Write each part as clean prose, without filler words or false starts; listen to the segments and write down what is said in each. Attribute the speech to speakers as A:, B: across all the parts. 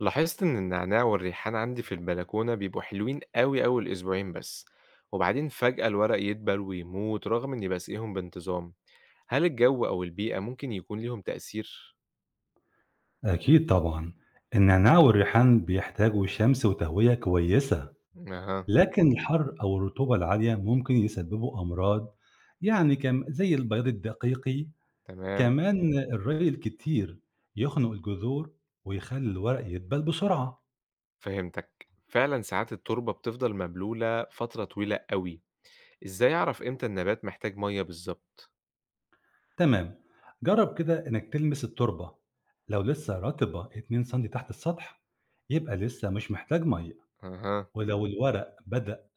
A: لاحظت إن النعناع والريحان عندي في البلكونة بيبقوا حلوين أوي أول أسبوعين بس، وبعدين فجأة الورق يدبل ويموت رغم إني بسقيهم بانتظام، هل الجو أو البيئة ممكن يكون ليهم تأثير؟
B: أكيد طبعًا، النعناع والريحان بيحتاجوا شمس وتهوية كويسة،
A: أها.
B: لكن الحر أو الرطوبة العالية ممكن يسببوا أمراض يعني كم زي البياض الدقيقي،
A: تمام.
B: كمان الري الكتير يخنق الجذور ويخلي الورق يدبل بسرعة.
A: فهمتك، فعلا ساعات التربة بتفضل مبلولة فترة طويلة أوي، إزاي أعرف إمتى النبات محتاج مية بالظبط؟
B: تمام، جرب كده إنك تلمس التربة، لو لسه رطبة 2 سم تحت السطح يبقى لسه مش محتاج مية،
A: أها.
B: ولو الورق بدأ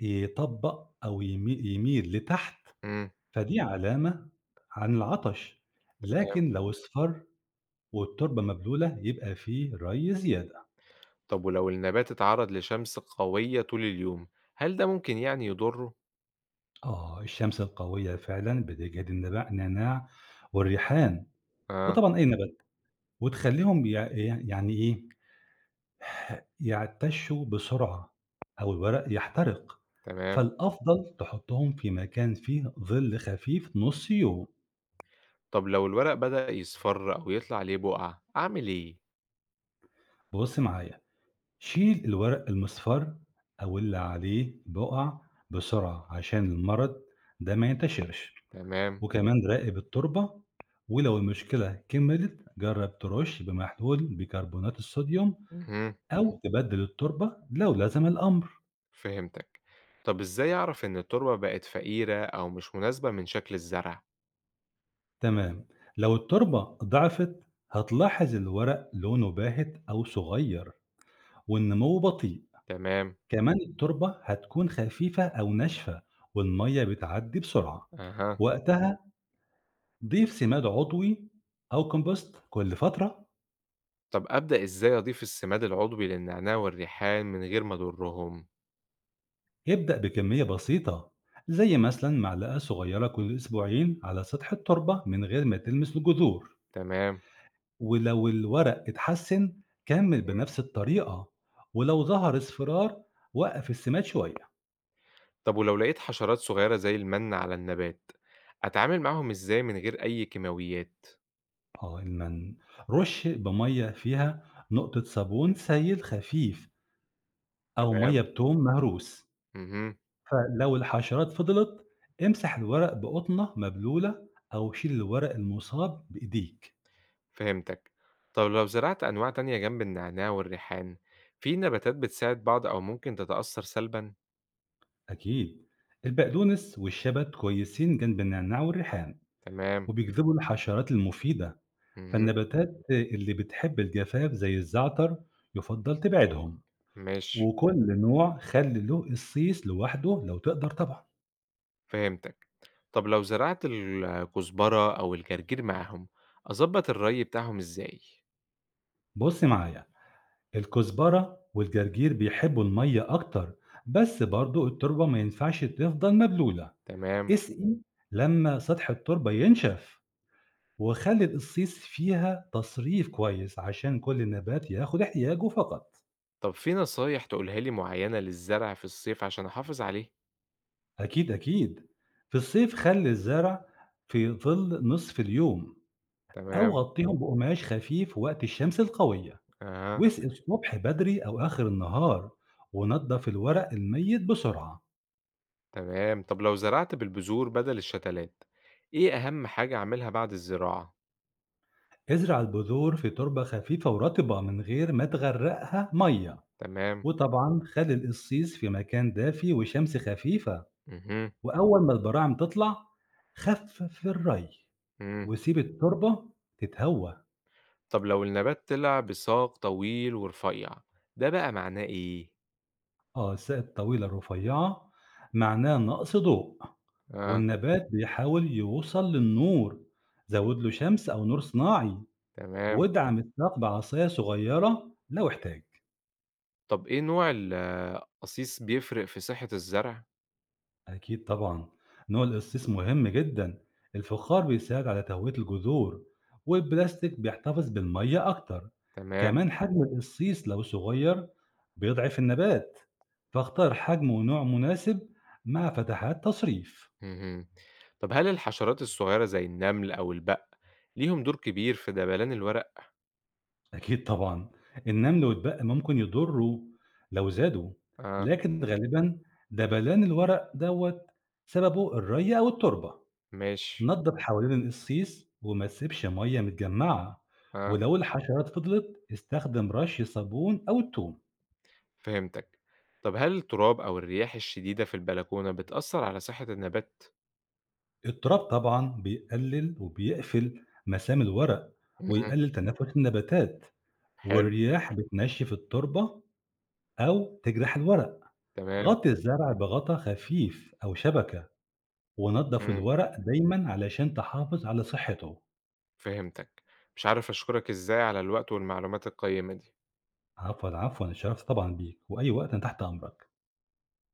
B: يطبق أو يميل لتحت
A: امم
B: فدي علامة عن العطش،
A: تمام.
B: لكن لو اصفر والتربة مبلولة يبقى فيه ري زيادة.
A: طب ولو النبات اتعرض لشمس قوية طول اليوم، هل ده ممكن يعني يضره؟
B: آه الشمس القوية فعلا بتجهد نعناع والريحان
A: أه.
B: وطبعا أي نبات وتخليهم يعني إيه يعتشوا بسرعة أو الورق يحترق
A: تمام.
B: فالأفضل تحطهم في مكان فيه ظل خفيف نص يوم.
A: طب لو الورق بدأ يصفر أو يطلع عليه بقع أعمل إيه؟
B: بص معايا شيل الورق المصفر أو اللي عليه بقع بسرعة عشان المرض ده ما ينتشرش
A: تمام.
B: وكمان راقب التربة ولو المشكلة كملت جرب ترش بمحلول بيكربونات الصوديوم
A: مهم.
B: أو تبدل التربة لو لزم الأمر.
A: فهمتك. طب إزاي أعرف إن التربة بقت فقيرة أو مش مناسبة من شكل الزرع؟
B: تمام، لو التربة ضعفت هتلاحظ الورق لونه باهت أو صغير والنمو بطيء،
A: تمام.
B: كمان التربة هتكون خفيفة أو ناشفة والمية بتعدي بسرعة،
A: أها.
B: وقتها ضيف سماد عضوي أو كومبوست كل فترة.
A: طب أبدأ إزاي أضيف السماد العضوي للنعناع والريحان من غير ما أضرهم؟
B: ابدأ بكمية بسيطة زي مثلا معلقة صغيرة كل أسبوعين على سطح التربة من غير ما تلمس الجذور،
A: تمام.
B: ولو الورق اتحسن كمل بنفس الطريقة، ولو ظهر اصفرار وقف السماد شوية.
A: طب ولو لقيت حشرات صغيرة زي المن على النبات أتعامل معاهم إزاي من غير أي كيماويات؟
B: اه المن رش بمية فيها نقطة صابون سائل خفيف أو
A: تمام.
B: مية بتوم مهروس،
A: مهم.
B: فلو الحشرات فضلت، امسح الورق بقطنة مبلولة أو شيل الورق المصاب بإيديك.
A: فهمتك. طب لو زرعت أنواع تانية جنب النعناع والريحان، في نباتات بتساعد بعض أو ممكن تتأثر سلبًا؟
B: أكيد. البقدونس والشبت كويسين جنب النعناع والريحان،
A: تمام،
B: وبيجذبوا الحشرات المفيدة،
A: اهم،
B: فالنباتات اللي بتحب الجفاف زي الزعتر يُفضّل تبعدهم،
A: ماشي،
B: وكل نوع خلّي له الصيص لوحده لو تقدر طبعًا.
A: فهمتك. طب لو زرعت الكزبرة أو الجرجير معاهم، أضبط الري بتاعهم إزاي؟
B: بُص معايا، الكزبرة والجرجير بيحبوا المَيّة أكتر، بس برضه التربة ما ينفعش تفضل مبلولة.
A: تمام.
B: اسقي لمّا سطح التربة ينشف، وخلّي القصيص فيها تصريف كويس عشان كل نبات ياخد احتياجه فقط.
A: طب في نصايح تقولها لي معينة للزرع في الصيف عشان أحافظ عليه؟
B: أكيد، أكيد. في الصيف خلّي الزرع في ظل نصف اليوم أو
A: تمام،
B: غطّيهم بقماش خفيف وقت الشمس القوية،
A: أها،
B: واسقي الصبح بدري أو آخر النهار، ونضّف الورق الميت بسرعة.
A: تمام. طب لو زرعت بالبذور بدل الشتلات، إيه أهم حاجة أعملها بعد الزراعة؟
B: ازرع البذور في تربة خفيفة ورطبة من غير ما تغرقها مَيّة،
A: تمام،
B: وطبعًا خلّي القصيص في مكان دافي وشمس خفيفة.
A: اهم،
B: وأول ما البراعم تطلع، خفِّف الري
A: إمم.
B: وسيب التربة تتهوى.
A: طب لو النبات طلع بساق طويل ورفيع، ده بقى معناه إيه؟
B: آه، الساقِة الطويلة الرفيّعة معناه نقْص ضوء،
A: آه،
B: والنبات بيحاول يوصل للنور، زوّد
A: تم-
B: له شمس أو نور صناعي،
A: تمام.
B: وادعم الساق بعصاية صغيّرة لو احتاج.
A: طب إيه نوع القصيص بيفرق في صحة الزرع؟
B: أكيد طبعًا، نوع القصيص مهم جدًا، الفخار بيساعد على تهوية الجذور، والبلاستيك بيحتفظ بالمَيّة أكتر،
A: تمام.
B: كمان حجم القصيص لو صغير بيضعف النبات، فاختار حجم ونوع مناسب مع فتحات تصريف.
A: اهم. طب هل الحشرات الصغيرة زي النمل أو البق ليهم دور كبير في دبلان الورق؟
B: أكيد طبعًا، النمل والدق ممكن يضروا لو زادوا،
A: آه،
B: لكن غالبًا دبلان الورق دوّة سببه الري أو التربة.
A: ماشي.
B: نضّف حوالين القصيص وما تسيبش مَيّة متجمّعة،
A: آه،
B: ولو الحشرات فضلت استخدم رش صابون أو التوم.
A: فهمتك. طب هل التراب أو الرياح الشديدة في البلكونة بتأثر على صحة النبات؟
B: التراب طبعًا بيقلل وبيقفل مسام الورق
A: مم،
B: ويقلل تنفس النباتات،
A: حلو،
B: والرياح بتنشف التربة أو تجرح الورق.
A: تمام.
B: غطي الزرع بغطا خفيف أو شبكة، ونضّف
A: مم،
B: الورق دايمًا علشان تحافظ على صحته.
A: فهمتك. مش عارف أشكرك إزاي على الوقت والمعلومات القيمة دي.
B: عفوًا، عفوًا، اتشرفت طبعًا بيك، وأي وقت أنا تحت أمرك.